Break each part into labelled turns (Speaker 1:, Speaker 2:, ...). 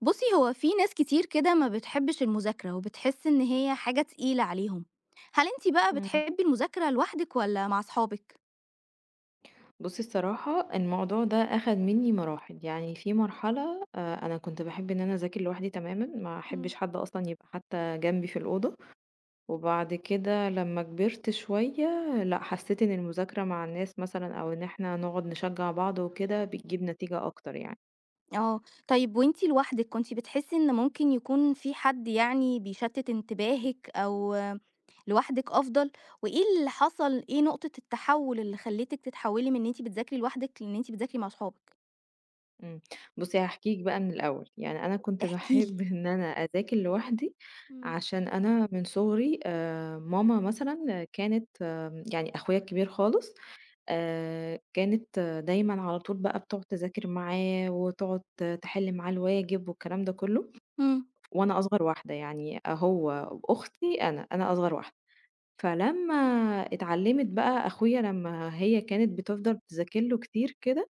Speaker 1: بُصّي، هو في ناس كتير كده ما بتحبّش المذاكرة، وبتحس إن هي حاجة تقيلة عليهم. هل أنتِ بقى
Speaker 2: إمم.
Speaker 1: بتحبّي المذاكرة لوحدِك والّا مع صحابِك؟
Speaker 2: بُصّي الصراحة الموضوع ده أخَد منّي مراحل، يعني في مرحلة أنا كنت باحب إن أنا أذاكر لوحدي تمامًا، ما
Speaker 1: إمم.
Speaker 2: أحبّش حد أصلًا يبقى حتى جنبي في الأوضة، وبعد كده لمّا كبرت شوية لأ، حسّيت إن المذاكرة مع الناس مثلًا أو إن إحنا نقعد نشجّع بعض وكده بتجيب نتيجة أكتر يعني.
Speaker 1: آه، طيب وأنتِ لوحدِك كنتِ بتحسّي إن ممكن يكون في حد يعني بيشتِّت انتباهِك أو لوحدِك أفضل؟ وإيه اللي حصل، إيه نقطة التحوّل اللي خلّتِك تتحوّلي من إن أنتِ بتذاكري لوحدِك لإن أنتِ بتذاكري مع صحابِك؟
Speaker 2: إمم. بُصّي هاحكي لِك بقى من الأول، يعني أنا كنت
Speaker 1: احكي لي.
Speaker 2: باحب إن أنا أذاكر لوحدي
Speaker 1: إمم.
Speaker 2: عشان أنا من صُغري ماما مثلًا كانت يعني أخويا الكبير خالص كانت دايمًا على طول بقى بتقعد تذاكر معاه، وتقعد تحل معاه الواجب والكلام ده كله،
Speaker 1: إمم،
Speaker 2: وأنا أصغر واحدة يعني هو وأختي أنا، أنا أصغر واحدة. فلمّا اتعلمت بقى أخويا لمّا هي كانت بتفضل تذاكر له كتير كده،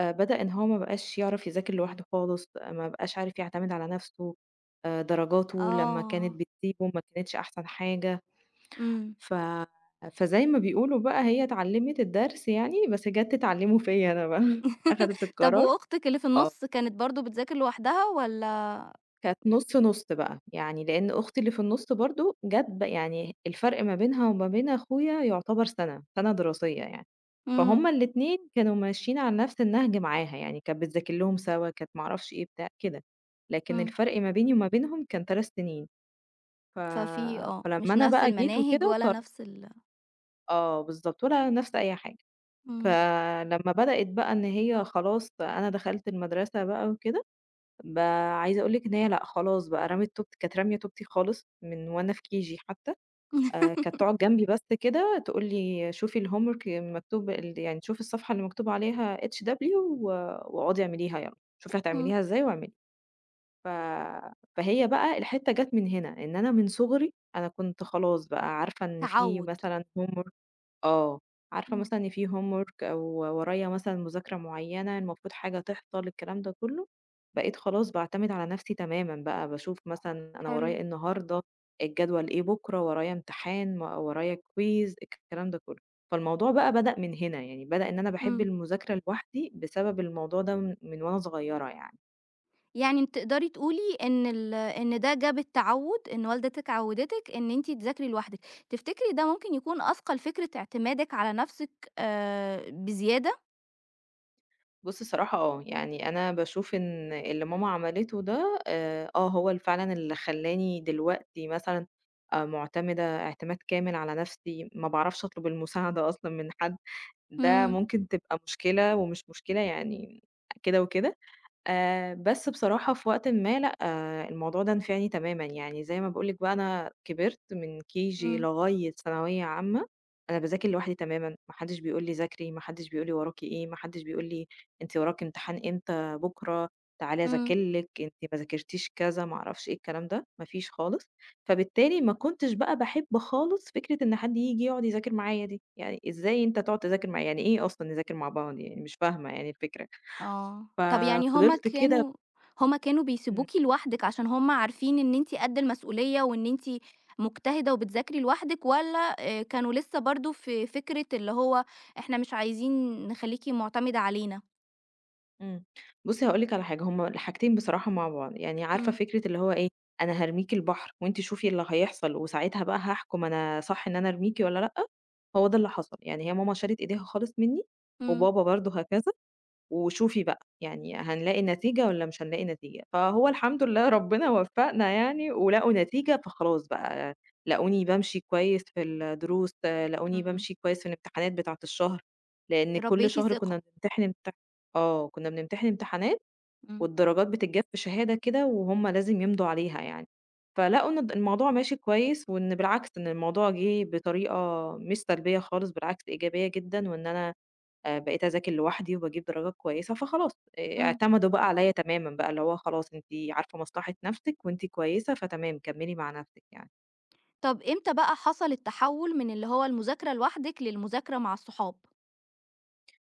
Speaker 2: بدأ إن هو ما بقاش يعرف يذاكر لوحده خالص، ما بقاش عارف يعتمد على نفسه، درجاته لمّا كانت
Speaker 1: آه،
Speaker 2: بتسيبه ما كانتش أحسن حاجة.
Speaker 1: إمم.
Speaker 2: ف فزي ما بيقولوا بقى هي اتعلّمِت الدرس يعني، بس جات تتعلّمه فيّا أنا بقى، أخدِت
Speaker 1: طب
Speaker 2: القرار
Speaker 1: وأختِك اللي في
Speaker 2: آه،
Speaker 1: النُص كانت برضه بتذاكر لوحدها والّا
Speaker 2: كانت نُص، نُص بقى، يعني لإن أختي اللي في النُص برضه جات يعني الفرق ما بينها وما بين أخويا يُعتبر سَنة، سَنة دراسية يعني، فهُم
Speaker 1: إمم،
Speaker 2: الاتنين كانوا ماشيين على نَفْس النهج معاها، يعني كانت بتذاكر لهم سَوا، كانت ما أعرفش إيه بتاع كده، لكن
Speaker 1: إمم،
Speaker 2: الفرق ما بيني وما بينهم كان 3 سِنين، ف
Speaker 1: ففي
Speaker 2: فلمّا
Speaker 1: مش
Speaker 2: أنا
Speaker 1: نفس
Speaker 2: بقى جيت
Speaker 1: المناهج
Speaker 2: وكده
Speaker 1: ولا نفس ال
Speaker 2: آه بالضبط، ولا نَفْس أي حاجة.
Speaker 1: إمم،
Speaker 2: فلمّا بدأت بقى إن هي خلاص أنا دخلت المدرسة بقى وكده، ب عايزة أقول لِك إن هي لأ خلاص بقى رمِت توب كانت رامية توبتي خالص من وأنا في KG حتى، كانت تقعد جنبي بس كده تقول لي شوفي الhomework المكتوب يعني شوفي الصفحة اللي مكتوب عليها HW واقعدي اعمليها يالّا، شوفي
Speaker 1: إمم،
Speaker 2: هتعمليها إزاي واعملي. ف فهي بقى الحتّة جات من هنا، إن أنا من صغري أنا كنت خلاص بقى عارفة إن في
Speaker 1: تعوُّد،
Speaker 2: مثلًا homework آه، عارفة
Speaker 1: إمم،
Speaker 2: مثلًا إن في homework أو ورايا مثلًا مذاكرة معيّنة المفروض حاجة تحصل الكلام ده كلّه، بقيت خلاص باعتمد على نفسي تمامًا بقى، باشوف مثلًا أنا
Speaker 1: حلو،
Speaker 2: ورايا إيه النهارده، الجدول إيه بُكرة، ورايا امتحان، ما ورايا quiz الكلام ده كلّه. فالموضوع بقى بدأ من هنا، يعني بدأ إن أنا باحب
Speaker 1: إمم،
Speaker 2: المذاكرة لوحدي بسبب الموضوع ده من وأنا صغيرة يعني.
Speaker 1: يعني تقدري تقولي إن إن ده جاب التعوُّد، إن والدتِك عوِّدتِك إن أنتِ تذاكري لوحدِك، تفتكري ده ممكن يكون أثقل فكرة اعتمادِك على نفسِك بزيادة؟
Speaker 2: بُص الصراحة آه، يعني أنا باشوف إن اللي ماما عملته ده آه هو فعلًا اللي خلّاني دلوقتي مثلًا معتمدة اعتماد كامل على نفسي، ما باعرفش أطلب المساعدة أصلًا من حد، ده
Speaker 1: إمم،
Speaker 2: ممكن تبقى مشكلة ومش مشكلة يعني كده وكده، بس بصراحة في وقتٍ ما لأ، آه الموضوع ده نفعني تمامًا، يعني زي ما باقول لِك بقى أنا كبرت من KG
Speaker 1: إمم،
Speaker 2: لغاية ثانوية عامة، أنا باذاكر لوحدي تمامًا، ما حدش بيقول لي ذاكري، ما حدش بيقول لي وراكِ إيه، ما حدش بيقول لي أنتِ وراكِ امتحان إمتى بكرة، تعالي
Speaker 1: إمم.
Speaker 2: أذاكر لِك، أنتِ ما ذاكرتيش كذا، ما أعرفش إيه الكلام ده، ما فيش خالص، فبالتالي ما كنتش بقى باحب خالص فكرة إن حد ييجي يقعد يذاكر معايا دي، يعني إزاي أنت تقعد تذاكر معايا، يعني إيه أصلًا نذاكر مع بعض يعني مش فاهمة يعني الفكرة،
Speaker 1: آه. طب يعني هم
Speaker 2: ففضلت كده.
Speaker 1: كانوا هم كانوا
Speaker 2: إمم،
Speaker 1: بيسيبوكِ لوحدِك عشان هم عارفين إن أنتِ قد المسؤولية وإن أنتِ مجتهدة وبتذاكري لوحدِك والّا كانوا لسه برضه في فكرة اللي هو إحنا مش عايزين نخلّيكِ مُعتمدة علينا؟
Speaker 2: إمم. بُصّي هاقول لِك على حاجة، هُم الحاجتين بصراحة مع بعض، يعني عارفة
Speaker 1: إمم،
Speaker 2: فكرة اللي هو إيه، أنا هارميكِ البحر وأنتِ شوفي اللي هيحصل وساعتها بقى هاحكم أنا صح إن أنا أرميكِ والّا لأ، هو ده اللي حصل، يعني هي ماما شالت إيديها خالص منّي
Speaker 1: إمم،
Speaker 2: وبابا برضه هكذا وشوفي بقى، يعني هنلاقي نتيجة والّا مش هنلاقي نتيجة، فهو الحمد لله ربنا وفّقنا يعني ولقوا نتيجة، فخلاص بقى لقوني بامشي كويس في الدروس، آه، لقوني
Speaker 1: إمم.
Speaker 2: بامشي كويس في الامتحانات بتاعة الشهر، لإن كل
Speaker 1: ربّيتِ
Speaker 2: شهر كنا
Speaker 1: ثقة.
Speaker 2: بنمتحن آه، كنا بنمتحن امتحانات
Speaker 1: إمم،
Speaker 2: والدرجات بتتجاب في شهادة كده وهُم لازم يمضوا عليها يعني، فلقوا إن الموضوع ماشي كويس وإن بالعكس إن الموضوع جِه بطريقة مش سلبية خالص بالعكس إيجابية جدًا، وإن أنا بقيت أذاكر لوحدي وباجيب درجات كويسة، فخلاص
Speaker 1: إمم.
Speaker 2: اعتمدوا بقى عليَّ تمامًا بقى، اللي هو خلاص أنتِ عارفة مصلحة نَفْسِك وأنتِ كويسة فتمام كمّلي مع نَفْسِك يعني.
Speaker 1: طب إمتى بقى حصل التحوُّل من اللي هو المذاكرة لوحدِك للمذاكرة مع الصحاب؟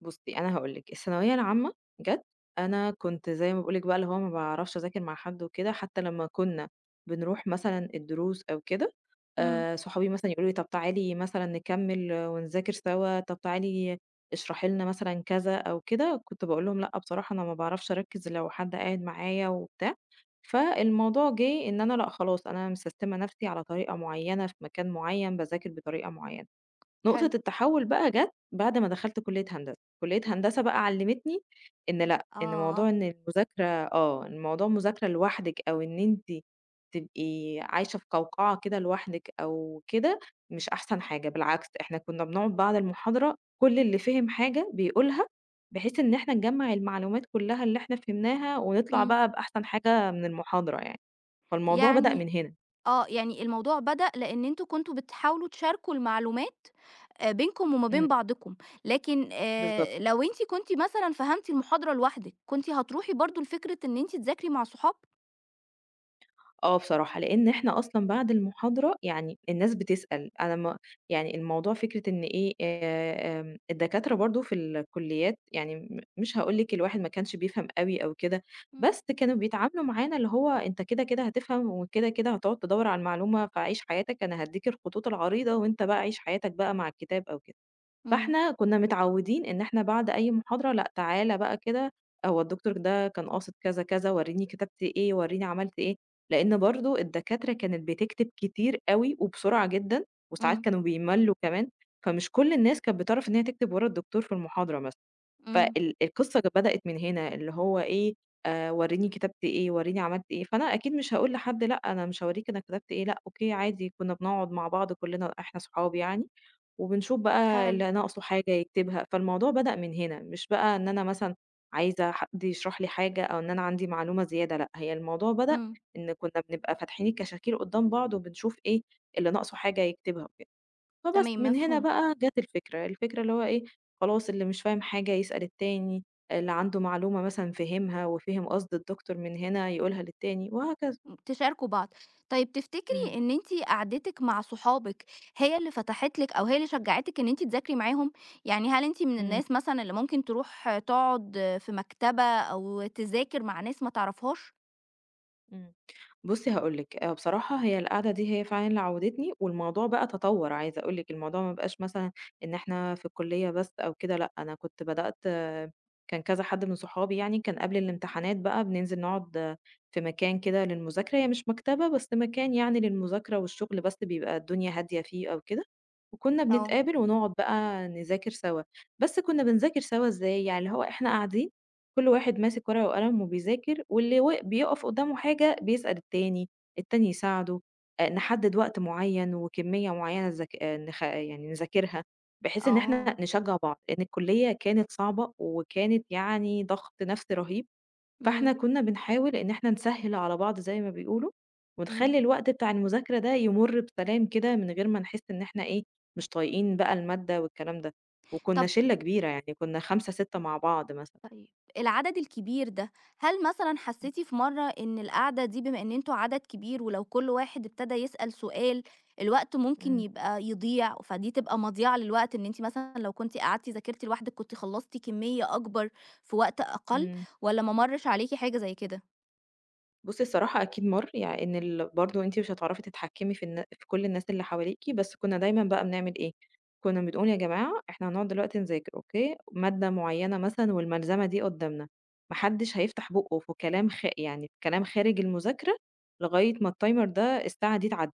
Speaker 2: بُصّي، أنا هاقول لِك، الثانوية العامة جات أنا كنت زي ما باقول لِك بقى اللي هو ما باعرفش أذاكر مع حد وكده، حتى لمّا كنا بنروح مثلًا الدروس أو كده،
Speaker 1: إمم،
Speaker 2: صحابي مثلًا يقولوا لي طَب تعالي مثلًا نكمّل ونذاكر سوا، طَب تعالي اشرحي لنا مثلًا كذا أو كده، كنت باقول لهم لأ بصراحة أنا ما باعرفش أركّز لو حد قاعد معايا وبتاع، فالموضوع جِه إن أنا لأ خلاص أنا مسستمة نَفْسي على طريقة معيّنة في مكان معيّن، باذاكر بطريقة معيّنة. نقطة
Speaker 1: حلو.
Speaker 2: التحوّل بقى جات بعد ما دخلت كلية هندسة، كلية هندسة بقى علّمتني إن لأ، إن موضوع
Speaker 1: آه.
Speaker 2: إن المذاكرة آه، إن موضوع المذاكرة لوحدِك أو إن أنتِ تبقي عايشة في قوقعة كده لوحدِك أو كده، مش أحسن حاجة، بالعكس إحنا كُنّا بنقعد بعد المحاضرة كل اللي فِهِم حاجة بيقولها، بحيث إن إحنا نجمّع المعلومات كلّها اللي إحنا فهمناها ونطلع
Speaker 1: إمم.
Speaker 2: بقى بأحسن حاجة من المحاضرة يعني، فالموضوع بدأ
Speaker 1: يعني
Speaker 2: من هنا.
Speaker 1: يعني الموضوع بدأ لإن أنتم كنتم بتحاولوا تشاركوا المعلومات بينكم وما
Speaker 2: إمم،
Speaker 1: بين بعضكم، لكن
Speaker 2: بالضبط.
Speaker 1: لو أنتِ كنتِ مثلًا فهمتِ المحاضرة لوحدِك، كنتِ هتروحي برضه لفكرة إن أنتِ تذاكري مع صحاب؟
Speaker 2: آه بصراحة، لإن إحنا أصلًا بعد المحاضرة يعني الناس بتسأل، أنا ما يعني الموضوع فكرة إن إيه، الدكاترة برضه في الكليات يعني مش هاقول لِك الواحد ما كانش بيفهم أوي أو كده،
Speaker 1: إمم.
Speaker 2: بس كانوا بيتعاملوا معانا اللي هو أنت كده، كده هتفهم وكده، كده هتقعد تدوّر على المعلومة، فعيش حياتك أنا هادّيك الخطوط العريضة وأنت بقى عيش حياتك بقى مع الكتاب أو كده.
Speaker 1: إمم،
Speaker 2: فإحنا كنا متعودين إن إحنا بعد أي محاضرة لأ، تعالَ بقى كده هو الدكتور ده كان قاصد كذا، كذا، ورّيني كتبت إيه، ورّيني عملت إيه، لإن برضه الدكاترة كانت بتكتب كتير أوي وبسرعة جدًا، وساعات
Speaker 1: إمم،
Speaker 2: كانوا بيملّوا كمان، فمش كل الناس كانت بتعرف إن هي تكتب ورا الدكتور في المحاضرة مثلًا،
Speaker 1: إمم،
Speaker 2: القصة كانت بدأت من هنا، اللي هو إيه، ورّيني كتبت إيه، ورّيني عملت إيه، فأنا أكيد مش هاقول لحد لأ، أنا مش هاورّيك أنا كتبت إيه، لأ، أوكي عادي كنا بنقعد مع بعض كلنا إحنا صحاب يعني، وبنشوف بقى
Speaker 1: حلو،
Speaker 2: اللي ناقصه حاجة يكتبها، فالموضوع بدأ من هنا، مش بقى إن أنا مثلًا عايزة حد يشرح لي حاجة أو إن أنا عندي معلومة زيادة، لأ، هي الموضوع بدأ
Speaker 1: إمم،
Speaker 2: إن كنا بنبقى فاتحين الكشاكيل قدّام بعض وبنشوف إيه اللي ناقصه حاجة يكتبها وكده، فبس
Speaker 1: تمام
Speaker 2: من هنا
Speaker 1: مفهوم.
Speaker 2: بقى جات الفكرة، الفكرة اللي هو إيه، خلاص اللي مش فاهم حاجة يسأل التاني، اللي عنده معلومة مثلًا فهمها وفهم قصد الدكتور من هنا يقولها للتاني وهكذا.
Speaker 1: إمم، تشاركوا بعض. طيب تفتكري
Speaker 2: إمم،
Speaker 1: إن أنتِ قعدتِك مع صحابِك هي اللي فتحت لِك أو هي اللي شجّعتِك إن أنتِ تذاكري معاهم؟ يعني هل أنتِ من
Speaker 2: إمم.
Speaker 1: الناس مثلًا اللي ممكن تروح تقعد في مكتبة أو تذاكر مع ناس ما تعرفهاش؟
Speaker 2: إمم. بُصّي هاقول لِك، بصراحة هي القعدة دي هي فعلًا اللي عوّدتني والموضوع بقى تطوّر، عايزة أقول لِك الموضوع ما بقاش مثلًا إن إحنا في الكُلّية بس أو كده لأ، أنا كنت بدأت آه، كان كذا حد من صحابي يعني كان قبل الامتحانات بقى بننزل نقعد آه، في مكان كده للمذاكرة، هي مش مكتبة بس مكان يعني للمذاكرة والشغل بس بيبقى الدنيا هادية فيه أو كده، وكُنّا
Speaker 1: آه.
Speaker 2: بنتقابل ونقعد بقى نذاكر سوا، بس كُنّا بنذاكر سوا إزاي؟ يعني اللي هو إحنا قاعدين كل واحد ماسك ورقة وقلم وبيذاكر واللي بيقف قدامه حاجة بيسأل التاني، التاني يساعده، نحدد وقت معين وكمية معينة نذاك نخ يعني نذاكرها، بحيث إن
Speaker 1: آه،
Speaker 2: إحنا نشجع بعض، لإن الكلية كانت صعبة وكانت يعني ضغط نفسي رهيب،
Speaker 1: إمم،
Speaker 2: فإحنا كنا بنحاول إن إحنا نسهّل على بعض زي ما بيقولوا، ونخلّي
Speaker 1: إمم.
Speaker 2: الوقت بتاع المذاكرة ده يمُر بسلام كده من غير ما نحس إن إحنا إيه، مش طايقين بقى المادة والكلام ده، وكنا
Speaker 1: طَب
Speaker 2: شِلّة كبيرة يعني كنا 5، 6 مع بعض مثلًا.
Speaker 1: طيب العدد الكبير ده هل مثلا
Speaker 2: إمم.
Speaker 1: حسيتي في مرة إن القعدة دي بما إن انتوا عدد كبير ولو كل واحد ابتدى يسأل سؤال الوقت ممكن
Speaker 2: إمم،
Speaker 1: يبقى يضيع فدي تبقى مضيعة للوقت إن انت مثلا لو كنت قعدتي ذاكرتي لوحدك كنت خلصتي كمية أكبر في وقت أقل
Speaker 2: إمم.
Speaker 1: ولا ما مرش عليكي حاجة زي كده؟
Speaker 2: بُصّي الصراحة أكيد مَر، يعني إن برضه أنتِ مش هتعرفي تتحكمي في في كل الناس اللي حواليكِ، بس كنا دايمًا بقى بنعمل إيه، كنا بنقول يا جماعة إحنا هنقعد دلوقتي نذاكر أوكي، مادة معيّنة مثلًا والملزمة دي قدّامنا، ما حدش هيفتح بُقّه في كلام يعني في كلام خارج المذاكرة لغاية ما الtimer ده الساعة دي تعدّي،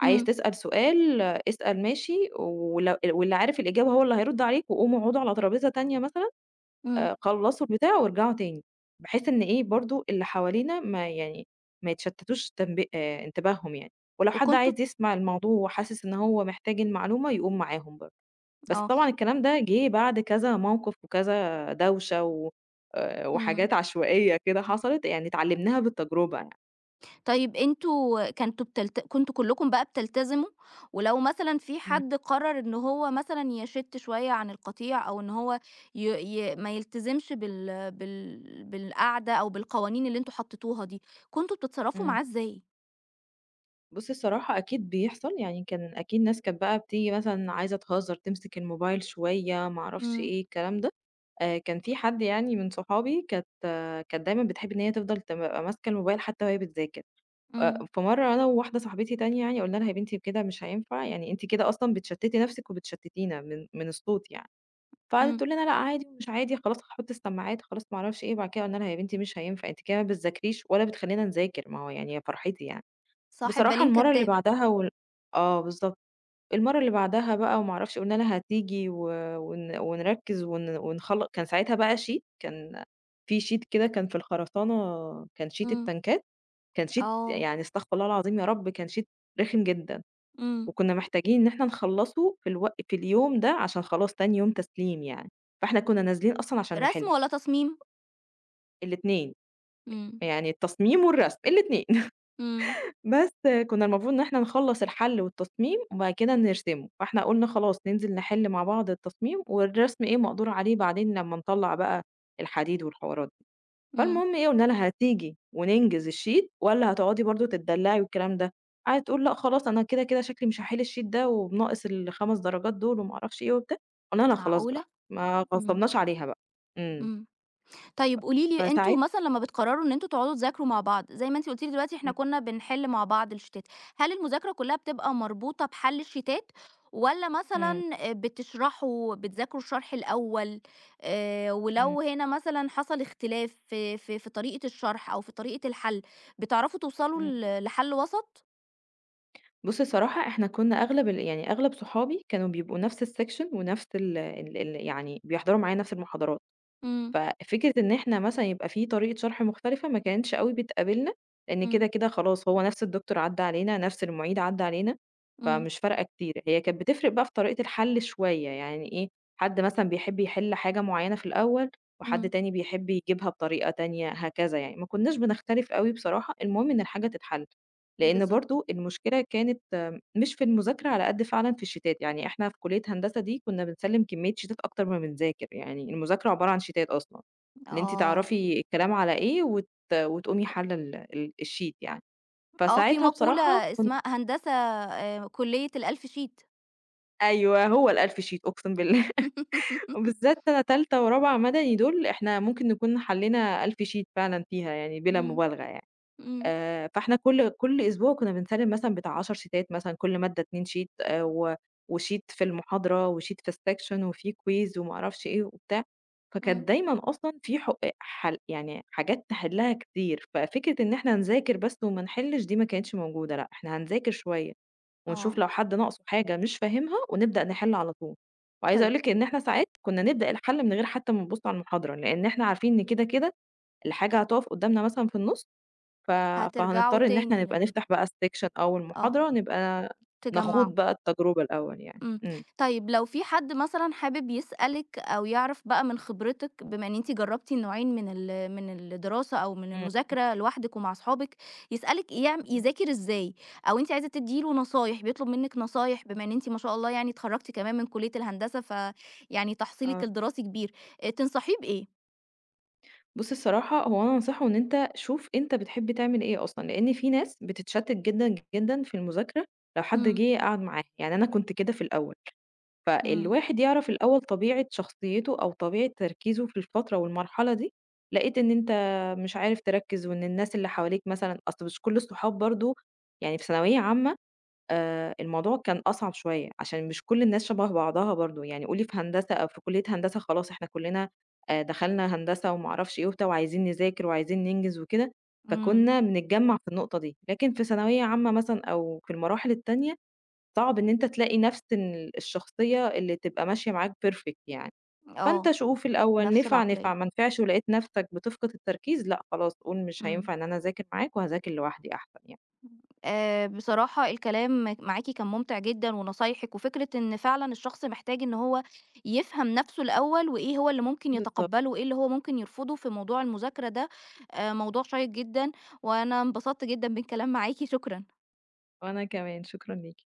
Speaker 2: عايز
Speaker 1: امم
Speaker 2: تسأل سؤال آه، اسأل ماشي واللي عارف الإجابة هو اللي هيرُد عليك وقوموا اقعدوا على ترابيزة تانية مثلًا
Speaker 1: امم
Speaker 2: خلّصوا البتاع وارجعوا تاني، بحيث إن إيه برضه اللي حوالينا ما يعني ما يتشتتوش تنب انتباههم يعني، ولو حد
Speaker 1: وكنتوا
Speaker 2: عايز يسمع الموضوع وحاسس إن هو محتاج المعلومة يقوم معاهم برضه، بس
Speaker 1: اه
Speaker 2: طبعًا الكلام ده جه بعد كذا موقف وكذا دوشة و
Speaker 1: امم
Speaker 2: وحاجات عشوائية كده حصلت يعني اتعلمناها بالتجربة يعني.
Speaker 1: طيب أنتم كنتم كلكم بقى بتلتزموا، ولو مثلًا في
Speaker 2: إمم،
Speaker 1: حد قرر إن هو مثلًا يشِّت شوية عن القطيع أو إن هو ي ي ما يلتزمش بالقعدة أو بالقوانين اللي أنتم حطيتوها دي، كنتم بتتصرّفوا
Speaker 2: إمم.
Speaker 1: معاه إزاي؟
Speaker 2: بُصّي الصراحة أكيد بيحصل، يعني كان أكيد ناس كانت بقى بتيجي مثلًا عايزة تهزر، تمسك الموبايل شوية، ما أعرفش
Speaker 1: إمم،
Speaker 2: إيه الكلام ده. كان في حد يعني من صحابي كانت آه، كانت دايمًا بتحب إن هي تفضل تبقى ماسكة الموبايل حتى وهي بتذاكر،
Speaker 1: إمم،
Speaker 2: فمرّة أنا وواحدة صاحبتي تانية يعني قُلنا لها: "يا بنتي كده مش هينفع، يعني أنتِ كده أصلًا بتشتتي نفسِك وبتشتتينا من الصوت يعني." فقعدت
Speaker 1: إمم،
Speaker 2: تقول لنا: "لأ عادي ومش عادي، خلاص هاحط السماعات، خلاص ما أعرفش إيه." وبعد كده قُلنا لها: "يا بنتي مش هينفع، أنتِ كده ما بتذاكريش ولا بتخلّينا نذاكر، ما هو يعني يا فرحتي يعني."
Speaker 1: صاحب
Speaker 2: بصراحة
Speaker 1: بالين
Speaker 2: المَرّة اللي
Speaker 1: كدّاب،
Speaker 2: بعدها آه بالضبط. المرّة اللي بعدها بقى وما أعرفش قُلنا لها هتيجي و ون ونركّز ون ونخل كان ساعتها بقى sheet. كان في sheet كده، كان في الخرسانة، كان sheet
Speaker 1: إمم،
Speaker 2: التنكات، كان sheet
Speaker 1: آه،
Speaker 2: يعني أستغفر الله العظيم يا رب كان sheet رخم جدًا،
Speaker 1: إمم،
Speaker 2: وكنا محتاجين إن إحنا نخلّصه في اليوم ده عشان خلاص تاني يوم تسليم يعني، فإحنا كنا نازلين أصلًا عشان
Speaker 1: رسم
Speaker 2: نحِل
Speaker 1: والّا تصميم؟
Speaker 2: الاتنين،
Speaker 1: إمم،
Speaker 2: يعني التصميم والرسم الاتنين.
Speaker 1: إمم،
Speaker 2: بس كنا المفروض إن إحنا نخلّص الحَل والتصميم وبعد كده نرسمه، فإحنا قُلنا خلاص ننزل نحِل مع بعض التصميم والرسم إيه مقدور عليه بعدين لمّا نطلّع بقى الحديد والحوارات دي،
Speaker 1: إمم،
Speaker 2: فالمهم إيه قُلنا لها هتيجي وننجز الشيت والّا هتقعدي برضه تتدلّعي والكلام ده؟ قعدت تقول لأ خلاص أنا كده، كده شكلي مش هاحِل الشيت ده وبناقص ال5 درجات دول وما أعرفش إيه وبتاع، قُلنا لها خلاص
Speaker 1: معقولة!
Speaker 2: براحتك، ما
Speaker 1: إمم،
Speaker 2: غصّبناش عليها بقى. إمم،
Speaker 1: إمم. طيب قولي لي أنتم
Speaker 2: فساعتها
Speaker 1: مثلًا لمّا بتقرروا إن أنتم تقعدوا تذاكروا مع بعض، زي ما أنتِ قُلتِ لي دلوقتي إحنا
Speaker 2: إمم،
Speaker 1: كنا بنحل مع بعض الشيتات، هل المذاكرة كلها بتبقى مربوطة بحل الشيتات، والّا مثلًا
Speaker 2: إمم،
Speaker 1: بتذاكروا الشرح الأول،
Speaker 2: إمم،
Speaker 1: ولو هنا مثلًا حصل اختلاف في طريقة الشرح أو في طريقة الحل، بتعرفوا توصلوا
Speaker 2: إمم.
Speaker 1: لحل وسط؟
Speaker 2: بُص الصراحة إحنا كنا أغلب ال يعني أغلب صحابي كانوا بيبقوا نفس الsection ونفس ال ال ال يعني بيحضروا معايا نفس المحاضرات،
Speaker 1: إمم،
Speaker 2: ففكرة إن إحنا مثلًا يبقى في طريقة شرح مختلفة ما كانتش أوي بتقابلنا، لإن
Speaker 1: إمم،
Speaker 2: كده، كده خلاص هو نفس الدكتور عدّى علينا، نفس المعيد عدّى علينا،
Speaker 1: إمم،
Speaker 2: فمش فارقة كتير. هي كانت بتفرق بقى في طريقة الحل شوية، يعني إيه، حد مثلًا بيحب يحل حاجة معينة في الأول، وحد
Speaker 1: إمم،
Speaker 2: تاني بيحب يجيبها بطريقة تانية هكذا يعني، ما كناش بنختلف أوي بصراحة، المهم إن الحاجة تتحل. لإن
Speaker 1: بالضبط،
Speaker 2: برضه المشكلة كانت مش في المذاكرة على قد فعلًا في الشيتات، يعني إحنا في كلية هندسة دي كنا بنسلِّم كمية شيتات أكتر ما بنذاكر، يعني المذاكرة عبارة عن شيتات أصلًا، اللي أنتِ
Speaker 1: آه،
Speaker 2: تعرفي الكلام على إيه وتقومي حالة ال ال الشيت يعني،
Speaker 1: آه في
Speaker 2: فساعتها بصراحة
Speaker 1: مقولة
Speaker 2: كنت.
Speaker 1: اسمها هندسة كلية ال1000 شيت
Speaker 2: أيوه هو ال1000 شيت أقسم بالله وبالذات سَنة تالتة ورابعة مدني دول إحنا ممكن نكون حلّينا 1000 شيت فعلًا فيها يعني بلا
Speaker 1: إمم،
Speaker 2: مبالغة يعني.
Speaker 1: إمم،
Speaker 2: فإحنا كل أسبوع كنا بنسلِّم مثلًا بتاع 10 شيتات مثلًا، كل مادة 2 شيت وشيت في المحاضرة وشيت في الsection وفي quiz وما أعرفش إيه وبتاع،
Speaker 1: إمم،
Speaker 2: فكانت دايمًا أصلًا في حو حل يعني حاجات نحلّها كتير، ففكرة إن إحنا نذاكر بس وما نحلّش دي ما كانتش موجودة، لأ، إحنا هنذاكر شوية ونشوف
Speaker 1: آه،
Speaker 2: لو حد ناقصه حاجة مش فاهمها ونبدأ نحل على طول، وعايزة
Speaker 1: طيب
Speaker 2: أقول لِك إن إحنا ساعات كنا نبدأ الحل من غير حتى ما نبُص على المحاضرة، لإن إحنا عارفين إن كده، كده الحاجة هتُقف قدّامنا مثلًا في النُص ف
Speaker 1: هترجعوا
Speaker 2: فهنضطر إن
Speaker 1: تاني
Speaker 2: إحنا نبقى
Speaker 1: لل
Speaker 2: نفتح بقى السيكشن أو
Speaker 1: آه،
Speaker 2: المحاضرة نبقى
Speaker 1: تجمّعوا،
Speaker 2: نخوض بقى التجربة الأول يعني.
Speaker 1: إمم،
Speaker 2: إمم.
Speaker 1: طيب لو في حد مثلًا حابب يسألِك أو يعرف بقى من خبرتِك بما إن أنتِ جرّبتِ النوعين من الدراسة أو من
Speaker 2: إمم، إمم،
Speaker 1: المذاكرة لوحدِك ومع أصحابِك، يسألِك
Speaker 2: إمم.
Speaker 1: يذاكر إزاي، أو أنتِ عايزة تدّي له نصايح، بيطلب منِّك نصايح بما إن أنتِ ما شاء الله يعني اتخرّجتِ كمان من كلية الهندسة فيعني تحصيلِك
Speaker 2: آه.
Speaker 1: الدراسي كبير، تنصحيه بإيه؟
Speaker 2: بُص الصراحة هو أنا أنصحه إن أنت شوف أنت بتحب تعمل إيه أصلًا، لإن في ناس بتتشتت جدًا، جدًا في المذاكرة لو حد
Speaker 1: إمم،
Speaker 2: جه قعد معاها، يعني أنا كنت كده في الأول.
Speaker 1: إمم،
Speaker 2: فالواحد يعرف الأول طبيعة شخصيته أو طبيعة تركيزه في الفترة والمرحلة دي، لقيت إن أنت مش عارف تركّز وإن الناس اللي حواليك مثلًا أصل مش كل الصحاب برضه، يعني في ثانوية عامة الموضوع كان أصعب شوية، عشان مش كل الناس شبه بعضها برضه، يعني قولي في هندسة أو في كلية هندسة خلاص إحنا كلنا دخلنا هندسة وما أعرفش إيه وبتاع وعايزين نذاكر وعايزين ننجز وكده،
Speaker 1: إمم،
Speaker 2: فكنا بنتجمّع في النقطة دي، لكن في ثانوية عامة مثلًا أو في المراحل التانية، صعب إن أنت تلاقي نفس الشخصية اللي تبقى ماشية معاك perfect يعني،
Speaker 1: آه،
Speaker 2: فأنت شوف الأول
Speaker 1: نفس
Speaker 2: نفع،
Speaker 1: العقلية.
Speaker 2: نفع، ما نفعش ولقيت نفسك بتفقد التركيز، لأ خلاص قُل مش
Speaker 1: إمم.
Speaker 2: هينفع إن أنا أذاكر معاك وهاذاكر لوحدي أحسن يعني.
Speaker 1: بصراحة الكلام معاكِ كان ممتع جدًا، ونصايحِك وفكرة إن فعلًا الشخص محتاج إن هو يفهم نفسه الأول، وإيه هو اللي ممكن
Speaker 2: بالضبط،
Speaker 1: يتقبله، وإيه اللي هو ممكن يرفضه في موضوع المذاكرة ده، موضوع شيق جدًا، وأنا انبسطت جدًا بالكلام معاكِ، شكرًا.
Speaker 2: وأنا كمان شكرًا ليكِ.